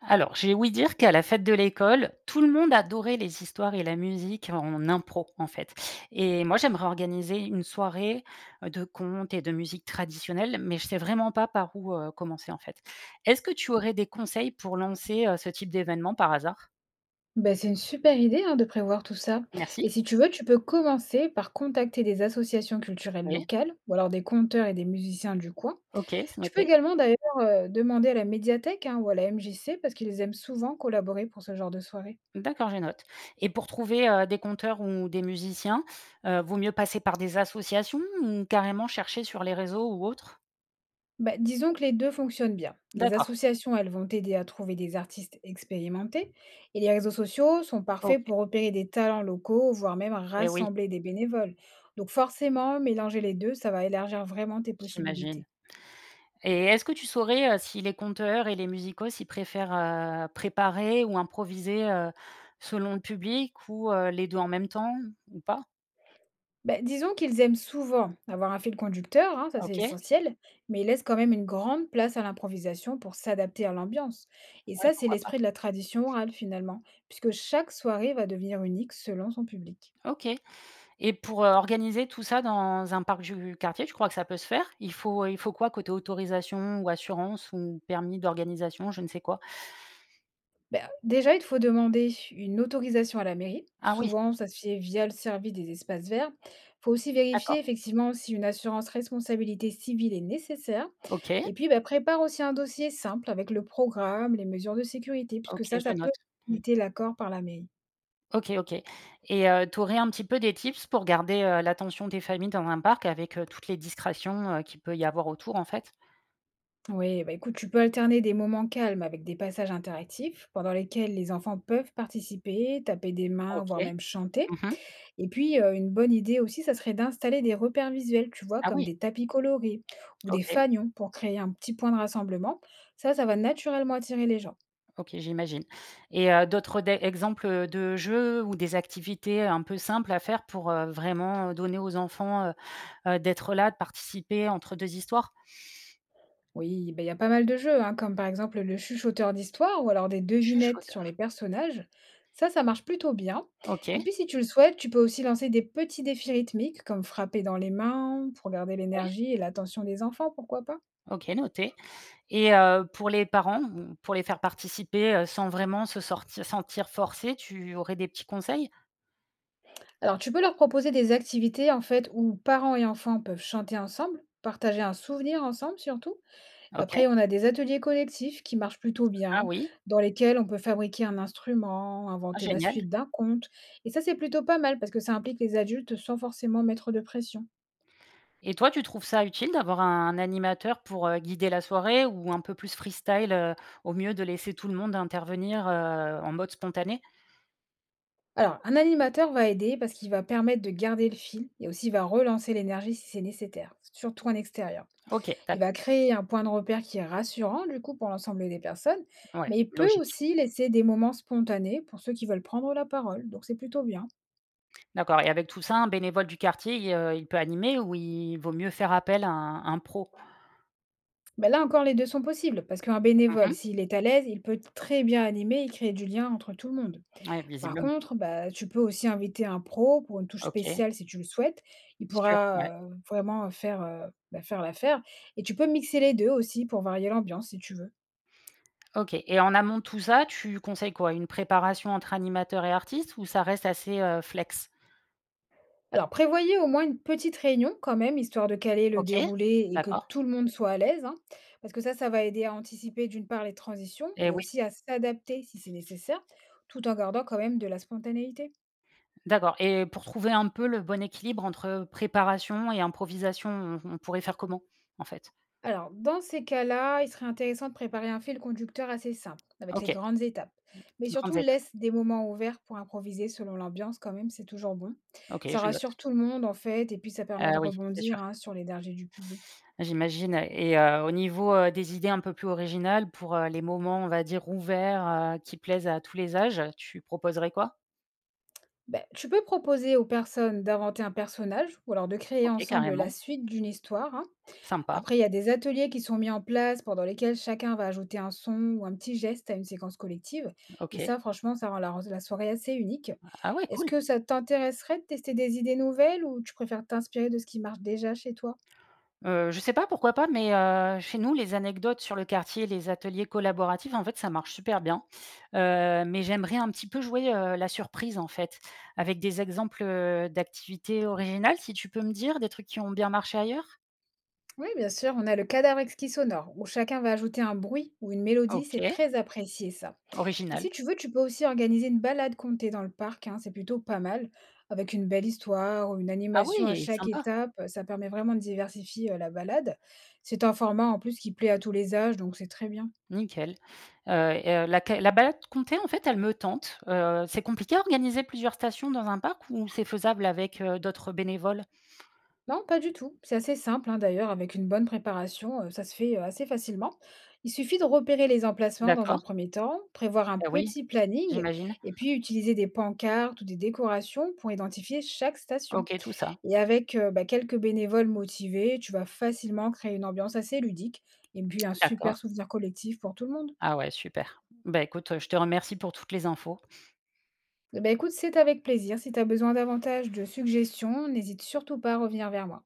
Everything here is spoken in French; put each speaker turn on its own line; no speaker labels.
Alors, j'ai ouï dire qu'à la fête de l'école, tout le monde adorait les histoires et la musique en impro, en fait. Et moi, j'aimerais organiser une soirée de contes et de musique traditionnelle, mais je sais vraiment pas par où commencer, en fait. Est-ce que tu aurais des conseils pour lancer ce type d'événement par hasard?
Ben c'est une super idée hein, de prévoir tout ça. Et
Merci.
si tu veux, tu peux commencer par contacter des associations culturelles
Oui.
locales, ou alors des conteurs et des musiciens du coin.
Ok, c'est
Tu peux
noté.
également d'ailleurs demander à la médiathèque hein, ou à la MJC, parce qu'ils aiment souvent collaborer pour ce genre de soirée.
D'accord, je note. Et pour trouver des conteurs ou des musiciens, vaut mieux passer par des associations ou carrément chercher sur les réseaux ou autres?
Bah, disons que les deux fonctionnent bien. Les
D'accord.
associations, elles vont t'aider à trouver des artistes expérimentés, et les réseaux sociaux sont
Ok.
parfaits pour repérer des talents locaux, voire même
Et oui,
rassembler des bénévoles. Donc forcément, mélanger les deux, ça va élargir vraiment tes
j'imagine.
possibilités.
Et est-ce que tu saurais, si les conteurs et les musicos, ils préfèrent, préparer ou improviser, selon le public ou, les 2 en même temps ou pas?
Beh, disons qu'ils aiment souvent avoir un fil conducteur, hein, ça c'est
OK, ouais,
essentiel, mais ils laissent quand même une grande place à l'improvisation pour s'adapter à l'ambiance. Et ça, c'est
pourquoi pas.
l'esprit de la tradition orale finalement, puisque chaque soirée va devenir unique selon son public.
OK, et pour, organiser tout ça dans un parc du quartier, je crois que ça peut se faire? Il faut quoi côté autorisation ou assurance ou permis d'organisation, je ne sais quoi?
Bah, déjà, il te faut demander une autorisation à la mairie.
Ah oui,
Souvent, ça se fait via le service des espaces verts. Il faut aussi vérifier
d'accord.
effectivement si une assurance responsabilité civile est nécessaire.
OK,
Et puis, bah, prépare aussi un dossier simple avec le programme, les mesures de sécurité, puisque
OK,
ça,
je
ça peut
note.
limiter l'accord par la mairie.
OK, OK, et tu aurais un petit peu des tips pour garder, l'attention des familles dans un parc avec, toutes les distractions, qu'il peut y avoir autour, en fait?
Oui, bah écoute, tu peux alterner des moments calmes avec des passages interactifs pendant lesquels les enfants peuvent participer, taper des mains, voire
OK.
même chanter.
Mmh.
Et puis, une bonne idée aussi, ça serait d'installer des repères visuels, tu vois?
Ah
Comme
oui,
des tapis colorés ou des
OK,
fanions pour créer un petit point de rassemblement. Ça va naturellement attirer les gens.
OK, j'imagine. Et d'autres des exemples, de jeux ou des activités un peu simples à faire pour, vraiment, donner aux enfants, d'être là, de participer entre deux histoires?
Oui, ben il y a pas mal de jeux, hein, comme par exemple le chuchoteur d'histoire ou alors des devinettes sur les
Chuchoteur.
personnages. Ça marche plutôt bien. Et
OK,
puis si tu le souhaites, tu peux aussi lancer des petits défis rythmiques comme frapper dans les mains pour garder
oui,
l'énergie et l'attention des enfants, pourquoi pas?
OK, noté. Et pour les parents, mmh, pour les faire participer, sans vraiment se sorti sentir forcés, tu aurais des petits conseils?
Alors, tu peux leur proposer des activités en fait où parents et enfants peuvent chanter ensemble, partager un souvenir ensemble surtout.
OK.
Après, on a des ateliers collectifs qui marchent plutôt
Ah
bien,
oui,
dans lesquels on peut fabriquer un instrument,
ah
inventer la
génial.
suite d'un conte. Et ça, c'est plutôt pas mal parce que ça implique les adultes sans forcément mettre de pression.
Et toi, tu trouves ça utile d'avoir un animateur pour, guider la soirée ou un peu plus freestyle, au mieux de laisser tout le monde intervenir, en mode spontané?
Alors, un animateur va aider parce qu'il va permettre de garder le fil et aussi va relancer l'énergie si c'est nécessaire, surtout en extérieur.
OK,
Il
d'accord.
va créer un point de repère qui est rassurant, du coup, pour l'ensemble des personnes,
Ouais,
mais il peut
logique.
aussi laisser des moments spontanés pour ceux qui veulent prendre la parole, donc c'est plutôt bien.
D'accord, et avec tout ça, un bénévole du quartier, il peut animer ou il vaut mieux faire appel à un pro?
Ben là encore, les deux sont possibles, parce qu'un bénévole,
Mmh.
s'il est à l'aise, il peut très bien animer et créer du lien entre tout le monde.
Ouais,
Par
visiblement.
contre, bah, tu peux aussi inviter un pro pour une touche
OK,
spéciale si tu le souhaites. Il
sûr, ouais.
pourra vraiment faire, bah, faire l'affaire. Et tu peux mixer les deux aussi pour varier l'ambiance si tu veux.
OK, et en amont de tout ça, tu conseilles quoi? Une préparation entre animateur et artiste ou ça reste assez, flex?
Alors, prévoyez au moins une petite réunion quand même, histoire de caler le
OK,
déroulé et que
d'accord,
tout le monde soit à l'aise, hein, parce que ça va aider à anticiper d'une part les transitions
et
et
oui.
aussi à s'adapter si c'est nécessaire, tout en gardant quand même de la spontanéité.
D'accord, et pour trouver un peu le bon équilibre entre préparation et improvisation, on pourrait faire comment, en fait?
Alors, dans ces cas-là, il serait intéressant de préparer un fil conducteur assez simple, avec les
OK,
grandes étapes. Mais
grandes
surtout,
étapes.
laisse des moments ouverts pour improviser selon l'ambiance quand même, c'est toujours bon.
OK,
Ça
je
rassure
note.
tout le monde en fait, et puis ça permet de
Oui, c'est sûr,
rebondir hein, sur l'énergie du public.
j'imagine. Et au niveau, des idées un peu plus originales pour, les moments, on va dire, ouverts, qui plaisent à tous les âges, tu proposerais quoi?
Beh, tu peux proposer aux personnes d'inventer un personnage ou alors de créer
OK,
ensemble la
carrément,
suite d'une histoire, hein.
sympa,
Après, il y a des ateliers qui sont mis en place pendant lesquels chacun va ajouter un son ou un petit geste à une séquence collective. Et
OK.
ça, franchement, ça rend la soirée assez unique.
Ah ouais,
Est-ce
cool!
que ça t'intéresserait de tester des idées nouvelles ou tu préfères t'inspirer de ce qui marche déjà chez toi?
Je sais pas, pourquoi pas, mais chez nous, les anecdotes sur le quartier, les ateliers collaboratifs, en fait, ça marche super bien. Mais j'aimerais un petit peu jouer, la surprise, en fait, avec des exemples, d'activités originales, si tu peux me dire, des trucs qui ont bien marché ailleurs?
Oui, bien sûr, on a le cadavre exquis sonore où chacun va ajouter un bruit ou une mélodie. C'est
OK,
très apprécié ça. Et
original.
si tu veux, tu peux aussi organiser une balade comptée dans le parc, hein, c'est plutôt pas mal, avec une belle histoire ou une
Ah
animation à
oui,
chaque
sympa,
étape, ça permet vraiment de diversifier la balade. C'est un format en plus qui plaît à tous les âges, donc c'est très bien.
nickel. Et la balade comptée, en fait, elle me tente. C'est compliqué à organiser plusieurs stations dans un parc ou c'est faisable avec, d'autres bénévoles?
Non, pas du tout. C'est assez simple, hein, d'ailleurs, avec une bonne préparation, ça se fait assez facilement. Il suffit de repérer les emplacements dans un
D'accord,
premier temps, prévoir un
ah oui,
petit planning,
j'imagine.
et puis utiliser des pancartes ou des décorations pour identifier chaque station.
OK, tout ça.
Et avec, bah, quelques bénévoles motivés, tu vas facilement créer une ambiance assez ludique et puis un
D'accord.
super souvenir collectif pour tout le monde.
Ah ouais, super. Bah, écoute, je te remercie pour toutes les infos.
Eh bah, écoute, c'est avec plaisir. Si tu as besoin davantage de suggestions, n'hésite surtout pas à revenir vers moi.